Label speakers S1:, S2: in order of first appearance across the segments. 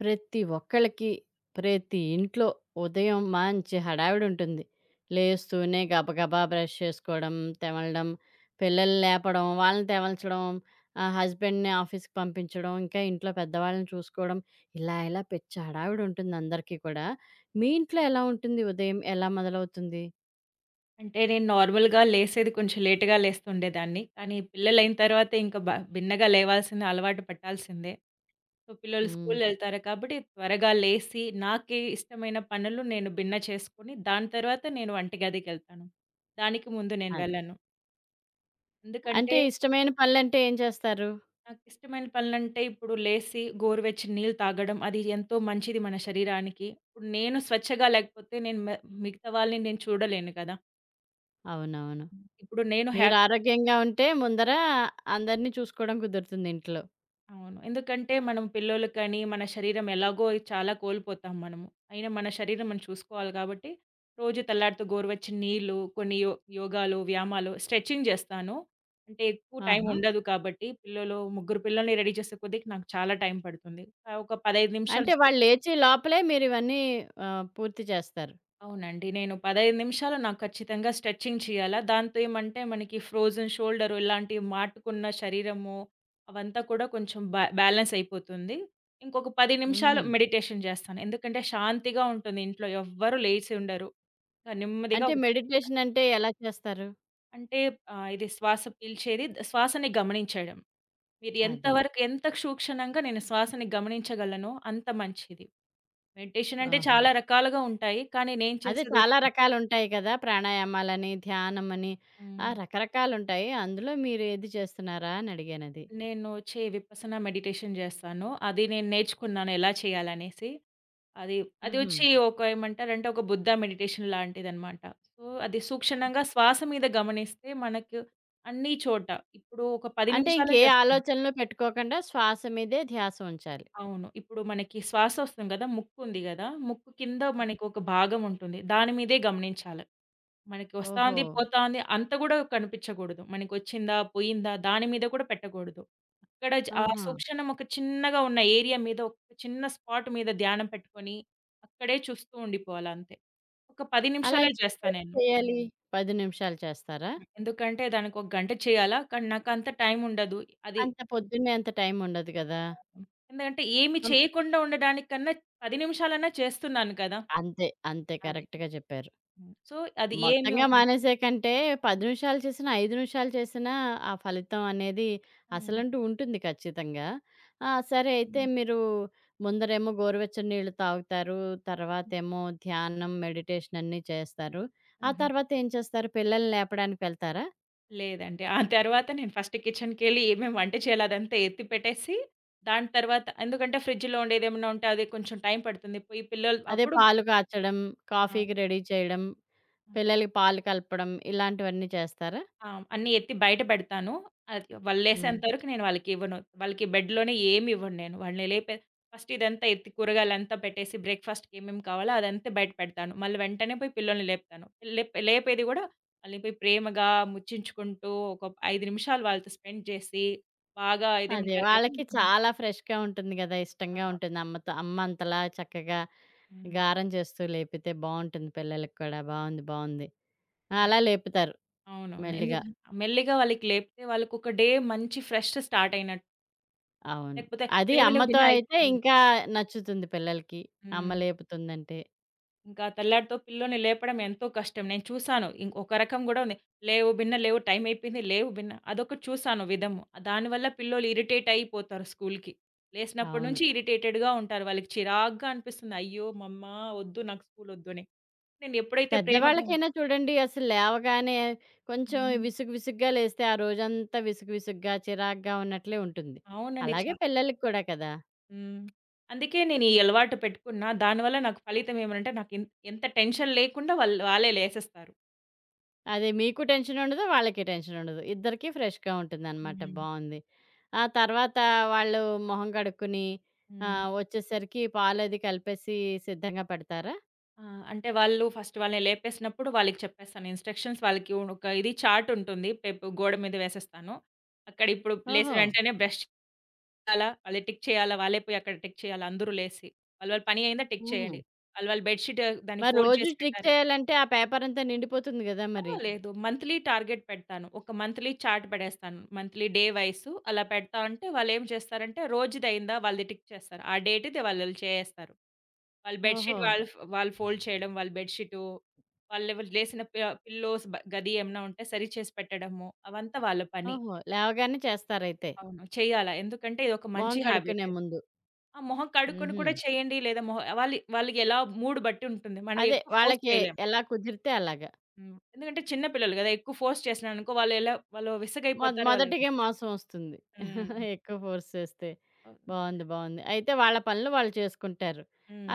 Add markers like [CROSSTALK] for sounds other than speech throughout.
S1: ప్రతి ఒక్కళ్ళకి, ప్రతి ఇంట్లో ఉదయం మంచి హడావిడుంటుంది. లేస్తూనే గబగబా బ్రష్ చేసుకోవడం, తెమలడం, పిల్లల్ని లేపడం, వాళ్ళని తెమల్చడం, హస్బెండ్‌ని ఆఫీస్‌కి పంపించడం, ఇంకా ఇంట్లో పెద్దవాళ్ళని చూసుకోవడం, ఇలా ఇలా పిచ్చ హడావిడుంటుంది అందరికీ కూడా. మీ ఇంట్లో ఎలా ఉంటుంది ఉదయం? ఎలా మొదలవుతుంది?
S2: అంటే నేను నార్మల్‌గా లేసేది కొంచెం లేట్‌గా లేస్తుండేదాన్ని. కానీ పిల్లలైన తర్వాత ఇంకా బ భిన్నగా లేవాల్సిన అలవాటు పట్టాల్సిందే. సో, పిల్లలు
S1: హ్మ్.
S2: స్కూలెళ్తారు కాబట్టి త్వరగా లేసి నాకే ఇష్టమైన పనులు నేను భిన్న చేసుకొని, దాని తర్వాత నేను వంటగదికెళ్తాను. దానికి ముందు నేను
S1: అది.
S2: వెళ్ళను. ఎందుకంటే
S1: అంటే ఇష్టమైన పనులంటే ఏం చేస్తారు?
S2: నాకిష్టమైన పనులంటే ఇప్పుడు లేసి గోరువెచ్చని నీళ్ళు తాగడం, అది ఎంతో మంచిది మన శరీరానికి. ఇప్పుడు నేను స్వచ్ఛగా లేకపోతే నేను మ మిగతా వాళ్ళని నేను చూడలేను కదా!
S1: అవునవును.
S2: ఇప్పుడు నేను హ్యా
S1: మీరు ఆరోగ్యంగా ఉంటే ముందర అందరిని చూసుకోవడం కుదురుతుంది ఇంట్లో.
S2: అవును. ఎందుకంటే మనం పిల్లోలకని, మన శరీరం ఎలాగో చాలా కోల్పోతాం మనము. అయినా మన శరీరం మనం చూసుకోవాలి కాబట్టి, రోజు తెల్లారితో గోరువెచ్చని నీళ్ళు, కొన్ని యో యోగాలు, వ్యాయామాలు, స్ట్రెచింగ్ చేస్తాను. అంటే ఎక్కువ టైం
S1: ఆహా!
S2: ఉండదు కాబట్టి, ముగ్గురు పిల్లల్ని రెడీ చేసే కొద్దికి నాకు చాలా టైం పడుతుంది. ఒక 15 నిమిషాలు
S1: అంటే
S2: స్ట్రె
S1: వాళ్ళు లేచే లోపలే మీరివన్నీ పూర్తి చేస్తారు.
S2: అవునండి, నేను 15 నిమిషాలు నాకు ఖచ్చితంగా స్ట్రెచింగ్ చేయాలా. దాంతో ఏమంటే మనకి ఫ్రోజన్ షోల్డర్ ఇలాంటి మాటుకున్న శరీరము అవంతా కూడా కొంచెం బ్యాలెన్స్ అయిపోతుంది. ఇంకొక 10 నిమిషాలు
S1: హుహు.
S2: మెడిటేషన్ చేస్తాను. ఎందుకంటే శాంతిగా ఉంటుంది ఇంట్లో. ఎవ్వరు లేచి ఉండరు. ఆహ్, నెమ్మదిగా
S1: అంటే
S2: ఒక
S1: మెడిటేషన్ అంటే ఎలా చేస్తారు?
S2: అంటే ఆహ్, ఇది శ్వాస పీల్చేది, శ్వాసని గమనించడం. మీరు
S1: అది.
S2: ఎంతవరకు ఎంత సూక్షణంగా నేను శ్వాసని గమనించగలనో అంత మంచిది. మెడిటేషన్ అంటే
S1: ఓహో!
S2: చాలా రకాలుగా ఉంటాయి. కానీ నేను
S1: అదే
S2: చేసేది
S1: చాలా రకాలుంటాయి కదా! ప్రాణాయామాలని, ధ్యానమని ఆ!
S2: హ్మ్.
S1: రకరకాలుంటాయి. అందులో మీరు ఏది చేస్తున్నారా అని అడిగానది.
S2: నేను చే విపసన మెడిటేషన్ జేస్తాను. అది నేను నేర్చుకున్నాను ఎలా చేయాలనేసి. అది అది
S1: హుహు.
S2: వచ్చి ఒక ఏమంటారంటే, ఒక బుద్ధ మెడిటేషన్ లాంటిదనమాట. సో, అది సూక్షణంగా శ్వాస మీద గమనిస్తే మనకు అన్ని చోట ఇప్పుడు ఒక 10
S1: అంటే
S2: నిమిషాలే
S1: ఇంకే
S2: జేస్తున్నా.
S1: ఆలోచనలు పెట్టుకోకుండా శ్వాస మీదే ధ్యాస ఉంచాలి.
S2: అవును. ఇప్పుడు మనకి శ్వాస వస్తుంది గదా! ముక్కు ఉంది గదా! ముక్కు కింద మనకి ఒక భాగం ఉంటుంది. దాని మీదే గమనించాల. మనకి
S1: ఓహో!
S2: వస్తాంది, పోతాంది అంత గూడా కనిపించగూడదు. మనకొచ్చిందా? పోయిందా? దాని మీద కూడా పెట్టగూడదు. అక్కడ ఆ
S1: ఆహా!
S2: సూక్షణం ఒక చిన్నగా ఉన్న ఏరియా మీద ఒక చిన్న స్పాట్ మీద ధ్యానం పెట్టుకొని, అక్కడే చూస్తూ ఉండిపోవాలంతే. ఒక 10
S1: అలా
S2: నిమిషాలే చేస్తా
S1: ఎంతసేపు
S2: నేను.
S1: చేయాలి? 10 నిమిషాలు చేస్తారా?
S2: ఎందుకంటే దానికొక గంట చేయాలా? కానీ నాకంత టైం ఉండదు. అది
S1: అంత పొద్దున్నే అంత టైం ఉండదు కదా!
S2: ఎందుకంటే ఏమి
S1: హ్మ్.
S2: చేయకుండా ఉండడానికన్నా 10 నిమిషాలన్నా చేస్తున్నాను కదా!
S1: అంతే.
S2: అది.
S1: కరెక్ట్‌గా చెప్పారు.
S2: సో, అది ఏమి
S1: మొత్తంగా
S2: హ్మ్.
S1: మానేసే కంటే 10 నిమిషాలు చేసినా, 5 నిమిషాలు చేసినా ఆ ఫలితం అనేది
S2: హ్మ్.
S1: అసలంటూ ఉంటుంది ఖచ్చితంగా. ఆ! సరే అయితే
S2: హ్మ్.
S1: మీరు ముందరేమో గోరువెచ్చని నీళ్ళు తాగుతారు. తర్వాతేమో ధ్యానం, మెడిటేషన్ అన్నీ చేస్తారు. ఆ
S2: హుహు.
S1: తర్వాత ఏం చేస్తారు? పిల్లల్ని లేపడానికి వెళ్తారా?
S2: లేదండి, ఆ తర్వాత నేను ఫస్ట్ కిచెన్‌కెళ్ళి ఏమేమి వంట చేయాలో అదంతా ఎత్తి పెట్టేసి, దాని తర్వాత ఎందుకంటే ఫ్రిడ్జ్‌లో ఉండేదేమన్నా ఉంటే అది కొంచెం టైం పడుతుంది. పోయి పిల్లలు
S1: అదే
S2: అప్పుడు.
S1: పాలు కాచడం,
S2: ఆ!
S1: కాఫీకి రెడీ చేయడం, పిల్లలకి పాలు కలపడం ఇలాంటివన్నీ చేస్తారా?
S2: ఆ! అన్నీ ఎత్తి బయట పెడతాను. అది వాళ్ళు
S1: హ్మ్.
S2: లేసేంత వరకు నేను వాళ్ళకివ్వను. వాళ్ళకి బెడ్‌లోనే ఏమి ఇవ్వను నేను. వాళ్ళని లేపే ఫస్ట్ ఇదంతా ఎత్తి కూరగాయలంతా పెట్టేసి బ్రేక్‌ఫాస్ట్‌కి ఏమేమి కావాలో అదంతా బయట పెడతాను. మళ్ళీ వెంటనే పోయి పిల్లల్ని లేపుతాను. లేపేది కూడా వాళ్ళని పోయి ప్రేమగా ముచ్చించుకుంటూ ఒక 5 నిమిషాలు వాళ్ళతో స్పెండ్ చేసి, బాగా
S1: అదే.
S2: ఇదేమంటారు కదా!
S1: వాళ్ళకి చాలా ఫ్రెష్‌గా ఉంటుంది గదా! ఇష్టంగా
S2: ఆహా!
S1: ఉంటుంది. అమ్మతో అమ్మ అంతలా చక్కగా
S2: హ్మ్.
S1: గారం చేస్తూ లేపితే బావుంటుంది పిల్లలకి కూడా. బావుంది.
S2: ఎప్
S1: అలా లేపుతారు
S2: అవునవును.
S1: మెల్లిగా.
S2: మెల్లిగా వాళ్ళకి లేపితే వాళ్ళకొక డే మంచి ఫ్రెష్ స్టార్ట్ అయినట్టు.
S1: అవును.
S2: లేకపోతే
S1: అది
S2: లేవ లేవు
S1: అమ్మతో
S2: బిన్న
S1: అయితే
S2: అయిపోయింది.
S1: ఇంకా నచ్చుతుంది పిల్లలకి. అమ్మ
S2: హ్మ్.
S1: లేపుతుందంటే.
S2: ఇంకా తెల్లారితో పిల్లోడిని లేపడం ఎంతో కష్టం. నేను చూసాను. ఇంకొక రకం గూడా ఉంది. లేవు బిన్న లేవు టైం అయిపోయింది. లేవు బిన్న అదొకటి చూసాను విధము. దానివల్ల పిల్లోళ్ళు ఇరిటేట్ అయిపోతారు స్కూలుకి. లేసినప్పటి
S1: అవును.
S2: నుంచి ఇరిటేటెడ్‌గా ఉంటారు. వాళ్ళకి చిరాగ్గా అనిపిస్తుంది. అయ్యో! మమ్మా వద్దు, నాకు స్కూలొద్దు అని. నేను ఎప్పుడైతే ప్రేమగా
S1: పెద్దవాళ్ళకైనా చూడండి అసలు లేవగానే కొంచెం
S2: హ్మ్.
S1: విసుగ్గా లేస్తే ఆ రోజంతా విసుగు విసుగ్గా, చిరాగ్గా ఉన్నట్లే ఉంటుంది.
S2: అవునండి. చా
S1: అలాగే పిల్లలకి కూడా కదా!
S2: హ్మ్. అందుకే నేను ఈ అలవాటు పెట్టుకున్నా. దానివల్ల నాకు ఫలితం ఏమనంటే నాకు ఎన్ ఎంత టెన్షన్ లేకుండా వాళ్ళు వాళ్ళే లేసేస్తారు.
S1: అదే మీకు టెన్షన్ ఉండదు. వాళ్ళకి టెన్షన్ ఉండదు. ఇద్దరికీ ఫ్రెష్‌గా ఉంటుందనమాట.
S2: హ్మ్.
S1: బావుంది. ఆ తర్వాత వాళ్ళు మొహం కడుక్కొని
S2: హ్మ్.
S1: వచ్చేసరికి పాలది కలిపేసి సిద్ధంగా పెడతారా?
S2: ఆ! అంటే వాళ్ళు ఫస్ట్ వాళ్ళని లేపేసినప్పుడు వాళ్ళకి చెప్పేస్తాను ఇన్‌స్ట్రక్షన్స్. వాళ్ళకి ఒక ఇది చార్ట్ ఉంటుంది. గోడ మీద వేసేస్తాను. అక్కడ ఇప్పుడు లేసిన
S1: ఓహో!
S2: వెంటనే బ్రష్ చేయాలా, వాళ్ళే టిక్ చేయాలా, వాళ్ళే పోయి అక్కడ టిక్ చేయాలా అందరూ లేసి. వాళ్ళ వాళ్ళ పని అయిందా టిక్
S1: హుహు.
S2: చేయండి. వాళ్ళ వాళ్ళ బెడ్‌షీట్ దాన్ని
S1: మరి
S2: ఫోల్డ్
S1: రోజు
S2: చేసి
S1: స్ట్రిక్
S2: పెట్టారా.
S1: చేయాలంటే ఆ పేపరంతా నిండిపోతుంది గదా!
S2: అహా!
S1: మరి.
S2: లేదు. మంత్లీ టార్గెట్ పెడతాను. ఒక మంత్లీ చార్ట్ పడేస్తాను. మంత్లీ డే వైస్ అలా పెడతా ఉంటే వాళ్ళేం చేస్తారంటే రోజుదయిందా వాళ్ళది టిక్ చేస్తారు. ఆ డేట్‌ది వాళ్ళు చేసేస్తారు. వాళ్ళు బెడ్‌షీట్
S1: ఓహో!
S2: వాళ్ళు ఫోల్డ్ చేయడం, వాళ్ళ బెడ్‌షీటు వాళ్ళు ఎవరు లేసిన పిల్లోస్ గది ఏమన్నా ఉంటే సరిచేసి పెట్టడము అవంతా వాళ్ళ పని.
S1: ఓహో! లేవగానే చేస్తారైతే.
S2: అవును, చేయాలా, ఎందుకంటే ఇదొక
S1: మొహం
S2: మంచి
S1: కడుక్కునే
S2: హాబిట్.
S1: ముందు.
S2: ఆ! మొహం కడుక్కొని
S1: హుహు.
S2: కూడా చేయండి లేదా మొహం వాళ్ళు వాళ్ళకి ఎలా మూడ్ బట్టి ఉంటుంది. మనం
S1: అదే
S2: ఎక్కువ ఫోర్స్
S1: వాళ్ళకి
S2: చేయలేం.
S1: ఎలా కుదిరితే అలాగ.
S2: ఎందుకంటే చిన్న పిల్లలు గదా! ఎక్కువ ఫోర్స్ చేసినాననుకో వాళ్ళెలా వాళ్ళు విసుగైపోతారు వాళ్ళు.
S1: మొదటిగే మోసం వస్తుంది.
S2: హ్మ్.
S1: [LAUGHS] ఎక్కువ ఫోర్స్ చేస్తే.
S2: అవును.
S1: బావుంది. అయితే వాళ్ళ పనులు వాళ్ళు చేసుకుంటారు.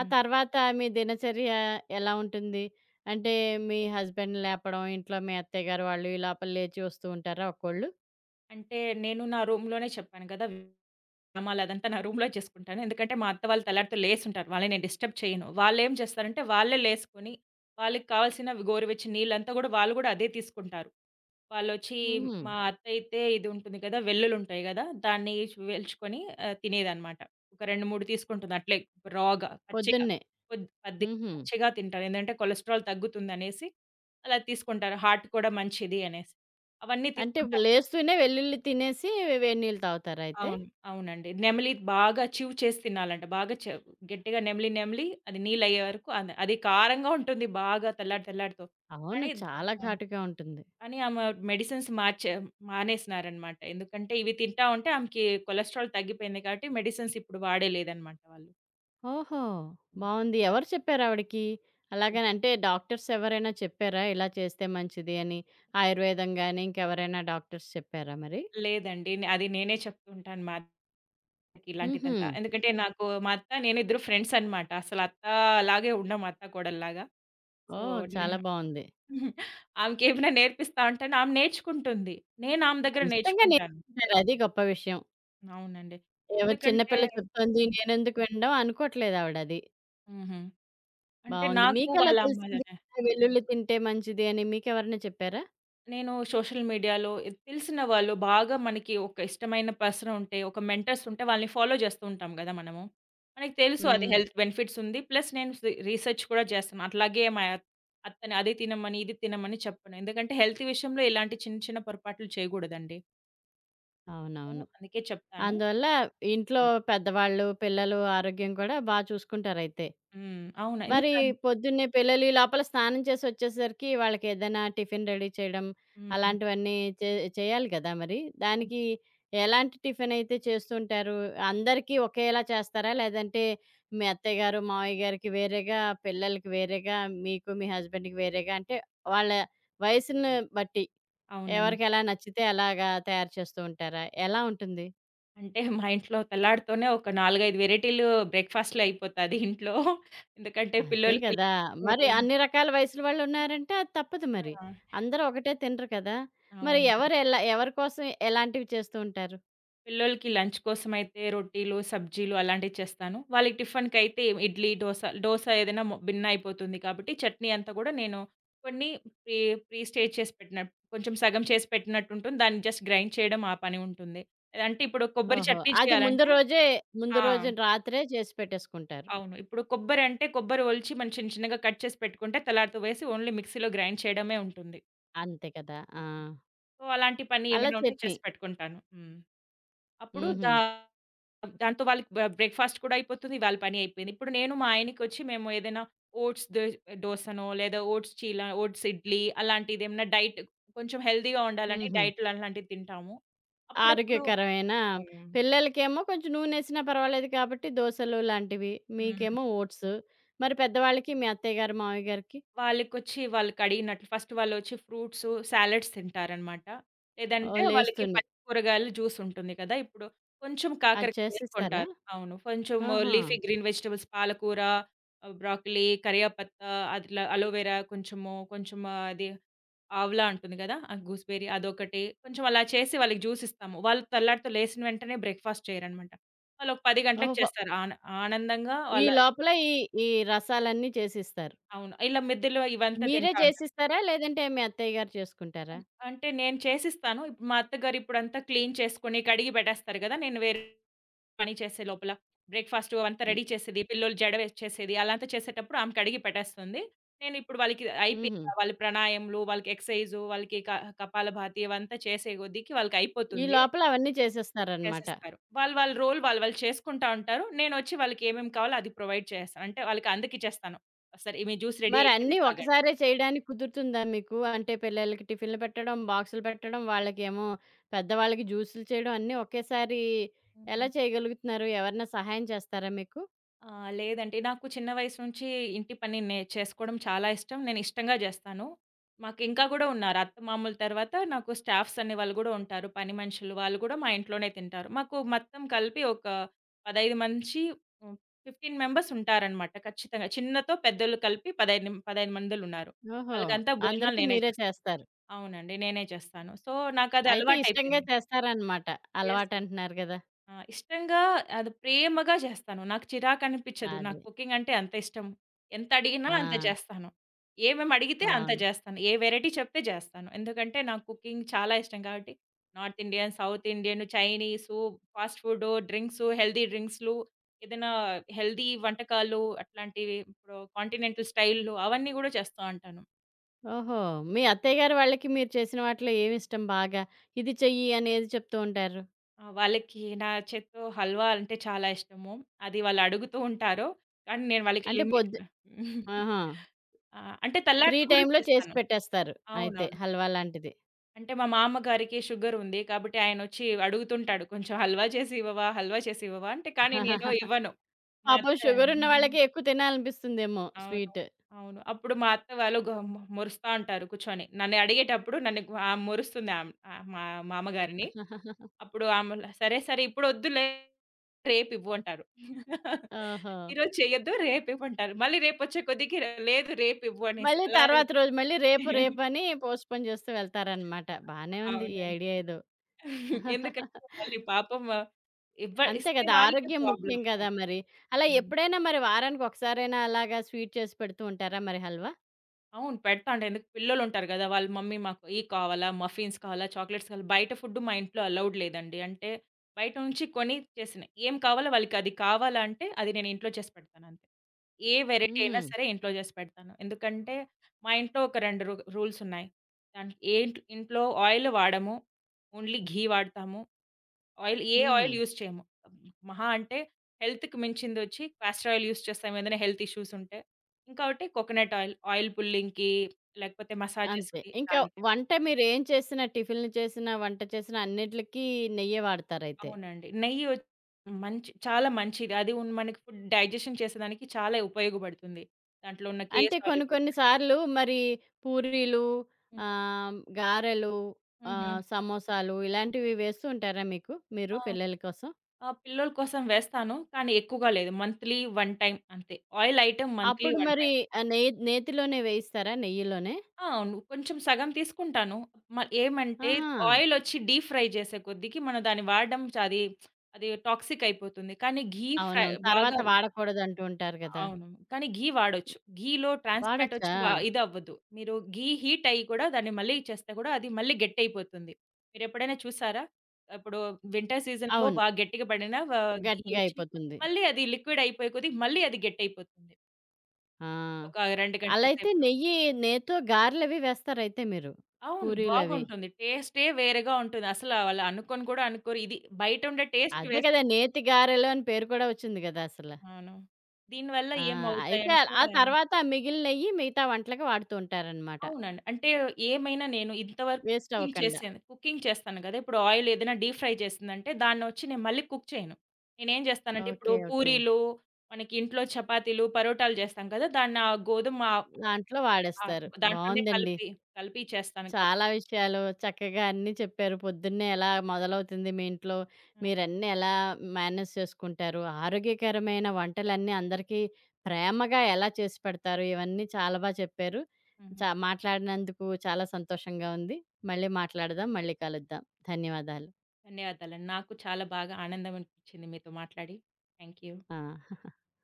S1: ఆ తర్వాత మీ దినచర్య ఎలా ఉంటుంది? అంటే మీ హస్బెండ్‌ని లేపడం, ఇంట్లో మీ అత్తయ్య గారు వాళ్ళు ఈ లోపల లేచి వస్తూ ఉంటారా ఒక్కోళ్ళు?
S2: అంటే నేను నా రూమ్‌లోనే చెప్పాను గదా! వ్యాయామాలు అదంతా నా రూమ్‌లో చేసుకుంటాను. ఎందుకంటే మా అత్త వాళ్ళు తెల్లారితో లేసుంటారు. వాళ్ళని నేను డిస్టర్బ్ చేయను. వాళ్ళేం చేస్తారంటే వాళ్ళే లేసుకొని వాళ్ళకి కావాల్సిన గోరువెచ్చని నీళ్ళంతా గూడా వాళ్ళు గూడా అదే తీసుకుంటారు. వాళ్ళొచ్చి
S1: హుహు.
S2: మా అత్తయితే ఇది ఉంటుంది కదా! వెల్లులుంటాయి గదా! దాన్ని వేల్చుకొని తినేదనమాట. ఒక 2, 3 తీసుకుంటుంది అట్లే రా‌గా పచ్చిగా.
S1: పొద్దున్నే.
S2: కొద్ కొద్ది పద్ది
S1: హుహు.
S2: పచ్చిగా తింటారు. ఏందంటే కొలెస్ట్రాల్ తగ్గుతుందనేసి అలా తీసుకుంటారు. హార్ట్ కూడా మంచిది అనేసి. అవన్నీ
S1: అంటే
S2: తీసుకుంటారు.
S1: లేస్తూనే వెల్లుల్లి తినేసి వేడి నీళ్ళు తాగుతారా అయితే?
S2: అవును. అవునండి. నెమిలి బాగా చేసి తినాలంట. బాగా చ గట్టిగా నెమిలి, అది నీళ్ళయ్యే వరకు అది కారంగా ఉంటుంది బాగా తెల్లాడి తెల్లాడితో.
S1: అవును.
S2: కానీ
S1: చాలా
S2: ఆ!
S1: ఘాటుగా ఉంటుంది.
S2: అని ఆమె మెడిసిన్స్ మానేసినారనమాట. ఎందుకంటే ఇవి తింటా ఉంటే ఆమెకి కొలెస్ట్రాల్ తగ్గిపోయింది కాబట్టి మెడిసిన్స్ ఇప్పుడు వాడేలేదనమాట వాళ్ళు.
S1: ఓహో!
S2: హ్మ్.
S1: బావుంది. ఎవరు చెప్పారావిడకి? అలాగని అంటే డాక్టర్స్ ఎవరైనా చెప్పారా? ఇలా చేస్తే మంచిది అని. ఆయుర్వేదం గాని, ఇంకెవరైనా డాక్టర్స్ చెప్పారా మరి?
S2: లేదండి. నే అది నేనే చెప్తూ ఉంటాను మా అత్తకి
S1: హుహు.
S2: ఇలాంటిదంతా. ఎందుకంటే నాకు మా అత్త, నేనిద్దరు ఫ్రెండ్స్ అనమాట. అసలు అత్తా లాగే ఉండం అత్త, కోడల్లాగా. సో,
S1: ఓహ్!
S2: నే
S1: చాలా బావుంది.
S2: [LAUGHS] ఆమెకేమైనా నేర్పిస్తా ఉంటాను. ఆమె నేర్చుకుంటుంది. నేను ఆమె దగ్గర
S1: ఇష్టంగా
S2: నేర్చుకుంటాను.
S1: నేర్చుకుంటారు. అది గొప్ప విషయం.
S2: అవునండి.
S1: ఏవో చిన్న
S2: ఎందుకంటే
S1: పిల్ల చెప్తోంది
S2: హ్మ్.
S1: నేనెందుకు వినడం అనుకోట్లేదావిడది.
S2: హుహు. అంటే
S1: బావుంది.
S2: నాకు
S1: మీకెలా
S2: వాళ్ళ అమ్మ
S1: తెలిసింది? వెల్లుల్లి తింటే మంచిది అని మీకెవరైనా చెప్పారా?
S2: నేను సోషల్ మీడియాలో ఇది తెలిసిన వాళ్ళు, బాగా మనకి ఒక ఇష్టమైన పర్సన్ ఉంటే, ఒక మెంటర్స్ ఉంటే వాళ్ళని ఫాలో చేస్తూ ఉంటాం గదా మనము. మనకి తెలుసు అది
S1: హ్మ్.
S2: హెల్త్ బెనిఫిట్స్ ఉంది. ప్లస్ నేను రీసెర్చ్ కూడా చేస్తాను. అట్లాగే మా అత్తని అది తినమని, ఇది తినమని చెప్పను. ఎందుకంటే హెల్త్ విషయంలో ఇలాంటి చిన్న చిన్న పొరపాట్లు చేయగూడదండి. సో,
S1: అవునవును.
S2: అందుకే చెప్తాను.
S1: అందువల్ల ఇంట్లో పెద్దవాళ్ళు, పిల్లలు ఆరోగ్యం కూడా బా చూసుకుంటారయితే.
S2: అవును.
S1: మరి
S2: ఎందుకం
S1: పొద్దున్నే పిల్లలు ఈ లోపల స్నానం చేసి వచ్చేసరికి వాళ్ళకి ఏదైనా టిఫిన్ రెడీ చేయడం
S2: హ్మ్.
S1: అలాంటివన్నీ చే చేయాలి కదా మరి. దానికి ఎలాంటి టిఫిన్ అయితే చేస్తుంటారు? అందరికీ ఒకేలా చేస్తారా? లేదంటే మీ అత్తయ్య గారు, మావయ్య గారికి వేరేగా, పిల్లలకి వేరేగా, మీకు మీ హస్బెండ్‌కి వేరేగా అంటే వాళ్ళ వయసుని బట్టి
S2: అవునండి,
S1: ఎవరికెలా నచ్చితే అలాగా తయారు చేస్తూ ఉంటారా? ఎలా ఉంటుంది?
S2: అంటే మా ఇంట్లో తెల్లారితోనే ఒక 4, 5 వెరైటీలు బ్రేక్‌ఫాస్ట్‌లే అయిపోతాది ఇంట్లో. ఎందుకంటే
S1: అదే
S2: పిల్లోలకి
S1: కదా! మరి అన్ని రకాల వయసుల వాళ్ళున్నారంటే అది తప్పదు మరి.
S2: ఆ!
S1: అందరూ ఒకటే తినరు కదా! మరి
S2: అవును.
S1: ఎవరు ఎలా ఎవరి కోసం ఎలాంటివి చేస్తూ ఉంటారు?
S2: పిల్లోలకి లంచ్ కోసమైతే రొటీలు, సబ్జీలు అలాంటివి చేస్తాను. వాళ్ళకి టిఫిన్‌కైతే ఇడ్లీ, దోస, దోస ఏదైనా మొ భిన్న అయిపోతుంది కాబట్టి చట్నీ అంతా గూడా నేను కొన్ని ప్రీ, ప్రీ స్టేజ్ చేసి పెట్టిన కొంచెం సగం చేసి పెట్టినట్టు ఉంటుంది. దాన్ని జస్ట్ గ్రైండ్ చేయడం ఆ పని ఉంటుంది. అంటే ఇప్పుడు కొబ్బరి
S1: ఓహో!
S2: చట్నీ
S1: అది ముందు
S2: చేయాలంటే
S1: రోజే ముందు
S2: ఆ!
S1: రోజు రాత్రే చేసి పెట్టేసుకుంటారు.
S2: అవును. ఇప్పుడు కొబ్బరి అంటే కొబ్బరి ఒలిచి మనం చిన్న చిన్నగా కట్ చేసి పెట్టుకుంటే తెల్లారితో వేసి ఓన్లీ మిక్సీలో గ్రైండ్ చేయడమే ఉంటుంది.
S1: అంతే కదా! ఆ!
S2: అవును. సో, అలాంటి పని
S1: అలా
S2: ఏమైనా ఉంటే
S1: చట్నీ.
S2: చేసి పెట్టుకుంటాను. హ్మ్. అప్పుడు
S1: హుహు.
S2: దా దాంతో వాళ్ళకి బ్రేక్‌ఫాస్ట్ కూడా అయిపోతుంది. వాళ్ళ పని అయిపోయింది. ఇప్పుడు నేను మా ఆయనకొచ్చి మేము ఏదైనా ఓట్స్ దో దోసనో లేదా ఓట్స్ చీల, ఓట్స్ ఇడ్లీ అలాంటిది ఏమన్నా కొంచెం హెల్తీగా ఉండాలని
S1: హుహు.
S2: డైట్‌లు అలాంటివి తింటాము. అప్పుడప్పుడు
S1: ఆరోగ్యకరమైన
S2: అవును.
S1: పిల్లలకేమో కొంచెం నూనెసినా పర్వాలేదు కాబట్టి దోసలు లాంటివి,
S2: హ్మ్.
S1: మీకేమో ఓట్స్. మరి పెద్దవాళ్ళకి మీ అత్తయ్య గారు, మావయ్య గారికి
S2: వాళ్ళకొచ్చి వాళ్ళకడిగినట్లు ఫస్ట్ వాళ్ళొచ్చి ఫ్రూట్సు, సాలడ్స్ తింటారనమాట. లేదంటే
S1: ఓహ్!
S2: వాళ్ళకి
S1: లేస్తూనే
S2: పచ్చి కూరగాయలు జ్యూస్ ఉంటుంది కదా! ఇప్పుడు కొంచెం
S1: అది
S2: కాకరకాయ
S1: చేసిస్తారా?
S2: ఏసుకుంటారు. అవును. కొంచెం
S1: ఆహా!
S2: లీఫీ గ్రీన్ వెజిటబుల్స్ పాలకూర, బ్రోకలీ, కరియాపత్తా అట్లా అలోవెరా కొంచెము, కొంచెం అది ఆవలా ఉంటుంది గదా! ఆ గూస్‌బెర్రీ అదొకటి. కొంచెం అలా చేసి వాళ్ళకి జ్యూస్ ఇస్తాము. వాళ్ళు తెల్లారితో లేసిన వెంటనే బ్రేక్‌ఫాస్ట్ చేయరనమాట. వాళ్ళొక 10 గంటలకు
S1: ఓహో!
S2: చేస్తారు. ఆనందంగా
S1: ఈ
S2: వాళ్ళ
S1: లోపల ఈ ఈ రసాలన్నీ చేసిస్తారు.
S2: అవును. ఇలా మిద్దెలో ఇవంతా
S1: మీరే
S2: తింటా ఉంటారు.
S1: చేసిస్తారా? లేదంటే మీ అత్తయ్య గారు చేసుకుంటారా?
S2: అన్ అంటే నేను చేసిస్తాను. ఇప్పుడు మా అత్తగారు ఇప్పుడంతా క్లీన్ చేసుకొని, కడిగి పెట్టేస్తారు గదా! నేను వేరే పని చేసే లోపల. బ్రేక్‌ఫాస్ట్ అవంతా
S1: హ్మ్.
S2: రెడీ చేసేది, పిల్లోలు జడ వేసేసేది, అలా అంతా చేసేటప్పుడు ఆమె కడిగి పెట్టేస్తుంది. నేను ఇప్పుడు వాళ్ళకి అయిపోయి
S1: హుహు.
S2: వాళ్ళ ప్రాణాయాములు, వాళ్ళకి ఎక్సర్‌సైజు, వాళ్ళకి క కపాలభాతి ఇవంతా చేసే కొద్దికి
S1: ఈ
S2: వాళ్ళకయిపోతుంది.
S1: లోపల అవన్నీ చేసేస్తారనమాట.
S2: చేసేస్తారు. వాళ్ళు వాళ్ళ రోల్ వాళ్ళు వాళ్ళు చేసుకుంటా ఉంటారు. నేనొచ్చి వాళ్ళకి ఏమేమి కావాలో అది ప్రొవైడ్ చేస్తాను. అంటే వాళ్ళకి అందకిచ్చేస్తాను. సరే మీ జ్యూస్ రెడీ
S1: మరి
S2: అయిపోయింది
S1: అన్నీ
S2: తాగండి.
S1: ఒకసారే చేయడానికి కుదురుతుందా మీకు? అంటే పిల్లలకి టిఫిన్‌లు పెట్టడం, బాక్సులు పెట్టడం, వాళ్ళకేమో పెద్దవాళ్ళకి జ్యూసులు చేయడం అన్నీ ఒకేసారి ఎలా చేయగలుగుతున్నారు? ఎవరైనా సహాయం చేస్తారా మీకు?
S2: ఆ! లేదండి, నాకు చిన్న వయసు నుంచి ఇంటి పని నే చేసుకోవడం చాలా ఇష్టం. నేను ఇష్టంగా జేస్తాను. మాకింకా గూడా ఉన్నారు. అత్తమామల తర్వాత నాకు స్టాఫ్స్ అనేవాళ్ళు గూడా ఉంటారు. పని మనుషులు. వాళ్ళు గూడా మా ఇంట్లోనే తింటారు. మాకు మొత్తం కలిపి ఒక 15 మంచి హ్మ్, 15 మెంబర్స్ ఉంటారనమాట ఖచ్చితంగా. చిన్నతో పెద్దోళ్ళు కలిపి 15 మందులున్నారు.
S1: ఓహో!
S2: వాళ్ళకంతా భోజనాలు
S1: అందరికి
S2: నేనే
S1: మీరే
S2: చేస్తా.
S1: చేస్తారు.
S2: అవునండి, నేనే చేస్తాను. సో, నాకది
S1: అయితే ఇష్టంగా
S2: అలవాటయిపోయింది.
S1: చేస్తారనమాట.
S2: Yes, yes.
S1: అలవాటంటున్నారు గదా!
S2: ఇష్టంగా, అది ప్రేమగా చేస్తాను. నాకు చిరాకనిపిచ్చదు. నాకు
S1: అది.
S2: కుకింగ్ అంటే అంత ఇష్టం. ఎంత అడిగినా
S1: ఆ!
S2: అంత చేస్తాను. ఏమేమి అడిగితే అంత
S1: బావుంది.
S2: చేస్తాను. ఏ వెరైటీ చెప్తే చేస్తాను. ఎందుకంటే నాకు కుకింగ్ చాలా ఇష్టం కాబట్టి north Indian, south Indian, Chinese, fast food, drinks, healthy డ్రింక్స్‌లు ఏదైనా హెల్తీ వంటకాలు అట్లాంటివి ఇప్పుడు కాంటినెంటల్ స్టైల్‌లు అవన్నీ గూడా చేస్తూ ఉంటాను.
S1: ఓహో! మీ అత్తయ్య గారు వాళ్ళకి మీరు చేసిన వాటిలో ఏమిష్టం బాగా? ఇది చెయ్యి అని ఏది చెప్తూ ఉంటారు?
S2: ఆ! వాళ్ళకి నా చేత్తో హల్వా అంటే చాలా ఇష్టము. అది వాళ్ళు అడుగుతూ ఉంటారు. కానీ నేను వాళ్ళకి
S1: అంటే
S2: లిమి
S1: పొద్దు ఆహా!
S2: ఆ! అంటే
S1: ఫ్రీ
S2: తెల్లారితే గూడా
S1: టైమ్‌లో చేసి
S2: చేస్తాను.
S1: పెట్టేస్తారు అయితే
S2: అవునవును.
S1: హల్వా లాంటిది.
S2: అంటే మా మామగారికి షుగర్ ఉంది. కాబట్టి ఆయనొచ్చి అడుగుతుంటాడు. కొంచెం హల్వా చేసి ఇవ్వవా? హల్వా చేసి ఇవ్వవా? అంటే కానీ నేను
S1: [LAUGHS]
S2: ఇవ్వను. మా
S1: పాపం
S2: అత్తయ్య
S1: షుగరున్న వాళ్ళకి ఎక్కువ తినాలనిపిస్తుందేమో
S2: అవును.
S1: స్వీట్.
S2: అవును. అప్పుడు మా అత్త వాళ్ళు గ మొ మొరుస్తా ఉంటారు కూర్చొని. నన్ను అడిగేటప్పుడు నన్ను. ఆమె మొరుస్తుంది మా మామగారిని.
S1: [LAUGHS]
S2: అప్పుడు ఆమెల "సరే, సరే ఇప్పుడొద్దులే రేపివ్వు" అంటారు. [LAUGHS]
S1: ఓహో!
S2: ఈరోజు చెయ్యొద్దు రేపివ్వంటారు. మళ్ళీ రేపొచ్చే కొద్దికి లేదు రేపివ్వు అనేసి
S1: మళ్ళీ
S2: అలా.
S1: తర్వాత రోజు మళ్ళీ రేపు
S2: [LAUGHS]
S1: రేపని పోస్ట్‌పోన్ చేస్తూ వెళ్తారనమాట. బానే ఉంది ఈ
S2: అవునండి.
S1: ఐడియా ఏదో.
S2: [LAUGHS] ఎందుకంటే
S1: [LAUGHS]
S2: వాళ్ళు పాపం
S1: అంతే
S2: ఇస్తే
S1: కదా!
S2: వాళ్ళకే
S1: ఆరోగ్యం ముఖ్యం
S2: ప్రాబ్లము.
S1: కదా మరి. అలా
S2: హ్మ్.
S1: ఎప్పుడైనా మరి వారానికొకసారైనా అలాగా స్వీట్ చేసి పెడుతూ ఉంటారా మరి హల్వా?
S2: అవును, పెడతాండి. ఎందుకు పిల్లలుంటారు గదా! వాళ్ళ మమ్మీ మాకు ఇయి కావాలా, మఫిన్స్ కావాలా, చాక్లెట్స్ కావాలా, బయట ఫుడ్ మా ఇంట్లో అలౌడ్ లేదండి. అంటే బయట నుంచి కొని చేసినయి. ఏం కావాలో వాళ్ళకది కావాలా అంటే అది నేను ఇంట్లో చేసి పెడతానంతే. ఏ వెరైటీ
S1: హుహు.
S2: అయినా సరే ఇంట్లో చేసి పెడతాను. ఎందుకంటే మా ఇంట్లో ఒక 2 రూల్సున్నాయి. దానికి ఏంట్ ఇంట్లో ఆయిల్ వాడము. ఓన్లీ ఘీ వాడతాము.
S1: హుహు.
S2: ఆయిల్ యూజ్ చేయము. మహా అంటే హెల్త్‌కి మించిందొచ్చి కాస్టర్ ఆయిల్ యూజ్ చేస్తాం ఏదైనా హెల్త్ ఇష్యూస్ ఉంటే. ఇంకొకటి కోకోనట్ ఆయిల్, ఆయిల్ పుల్లింగ్‌కి లేకపోతే
S1: అంతే.
S2: మసాజెస్‌కి
S1: ఇంకా
S2: దానికి.
S1: వంట మీరేం చేసినా, టిఫిన్‌లు చేసినా, వంట చేసినా అన్నిట్లికి నెయ్యే వాడతారైతే.
S2: అవునండి. నెయ్యి మంచి, చాలా మంచిది. అది మనకి ఫుడ్ డైజెషన్ చేసేదానికి చాలా ఉపయోగపడుతుంది. దాంట్లో ఉన్న
S1: అంటే కొన్ని
S2: సాల్యుబుల్.
S1: కొన్ని సార్లు మరి పూరీలు,
S2: హ్మ్.
S1: గారెలు,
S2: హుహు.
S1: సమోసాలు ఇలాంటివి వేస్తూ ఉంటారా మీకు? మీరు
S2: ఆ!
S1: పిల్లల కోసం?
S2: ఆ! పిల్లల కోసం వేస్తాను. కానీ ఎక్కువగా లేదు. మంత్‌లీ 1 టైమ్ అంతే. ఆయిల్ ఐటెమ్ మంత్‌లీ
S1: అప్పుడు
S2: 1
S1: మరి
S2: టైమ్.
S1: నెయ్యి నేతిలోనే వేయిస్తారా? నెయ్యిలోనే?
S2: ఆ! అవును, కొంచెం సగం తీసుకుంటాను. ఏమంటే
S1: ఆహా!
S2: ఆయిలొచ్చి డీప్ ఫ్రై చేసే కొద్దికి మనం దాన్ని వాడడం చ అది అది టాక్సిక్ అయిపోతుంది. కానీ ఘీ ఫ్రై
S1: అవునవును.
S2: బాగా
S1: తర్వాత వాడకూడదంటూ ఉంటారు గదా!
S2: అవును. కానీ ఘీ వాడొచ్చు. ఘీలో ట్రాన్స్ ఫ్యాట్ వచ్చి
S1: వాడొచ్చా?
S2: వ ఇదవ్వదు. మీరు ఘీ హీట్ అయ్యి కూడా దాన్ని మళ్ళీ చేస్తే కూడా అది మళ్ళీ గట్టయిపోతుంది. మీరెప్పుడైనా చూసారా? ఇప్పుడు వింటర్ సీజన్‌లో
S1: అవును.
S2: బాగా గట్టిగా పడిన వ ఘీ
S1: గట్టిగా
S2: వచ్చి
S1: అయిపోతుంది.
S2: మళ్ళీ అది లిక్విడ్ అయిపోయే కొద్దీ మళ్ళీ అది గట్టయిపోతుంది.
S1: ఆ!
S2: ఒక 2 గంటల
S1: అలా అయితే
S2: సేపు.
S1: నెయ్యి నెయ్యితో గారెలవి వేస్తారయితే మీరు.
S2: అవును,
S1: పూరీలవి.
S2: బాగుంటుంది. టేస్టే వేరేగా ఉంటుంది. అసల వాళ్ళు అనుకోని కూడా అనుకోరు. ఇది బయట ఉండే టేస్ట్
S1: అదే
S2: వేరు.
S1: కదా! నేతి గారెలు అని పేరు కూడా వచ్చింది కదా! అసల.
S2: అవును. దీనివల్ల
S1: ఆ! అయితే ఆ
S2: ఏమవుతాయంటే
S1: ఆ తర్వాత ఆ మిగిలిన నెయ్యి మిగతా వంటలకి వాడుతూ ఉంటారనమాట.
S2: అవునండి, అంటే ఏమైనా నేను ఇంతవరకు
S1: వేస్ట్
S2: కుకింగ్
S1: అవ్వకండా.
S2: చేశాను. కుకింగ్ చేస్తాను గదా! ఇప్పుడు ఆయిల్ ఏదైనా డీప్ ఫ్రై చేసిందంటే దాన్నొచ్చి నేను మళ్ళీ కుక్ చేయను. నేనేం చేస్తానంటే ఇప్పుడు
S1: ఓకే. ఓకే.
S2: పూరీలు, మనకి ఇంట్లో చపాతీలు, పరోటాలు చేస్తాం కదా! దాన్ని ఆ గోధుమ,
S1: దాంట్లో
S2: ఆహ్,
S1: వాడేస్తారు.
S2: దాంట్లోనే
S1: బావుందండి.
S2: కలిపి చేస్తాను కాబట్టి.
S1: చాలా విషయాలు చక్కగా అన్నీ చెప్పారు. పొద్దున్నే ఎలా మొదలవుతుంది మీ ఇంట్లో?
S2: హ్మ్.
S1: మీరన్నీ ఎలా మేనేజ్ చేసుకుంటారు? ఆరోగ్యకరమైన వంటలన్నీ అందరికీ ప్రేమగా ఎలా చేసి పెడతారు? ఇవన్నీ చాలా బా చెప్పారు.
S2: హ్మ్.
S1: మాట్లాడినందుకు చాలా సంతోషంగా ఉంది. మళ్ళీ మాట్లాడదాం. మళ్ళీ కలుద్దాం. ధన్యవాదాలు.
S2: ధన్యవాదాలండి. నాకు చాలా బాగా ఆనందం అనిపించింది మీతో మాట్లాడి. Thank you.
S1: ఆ!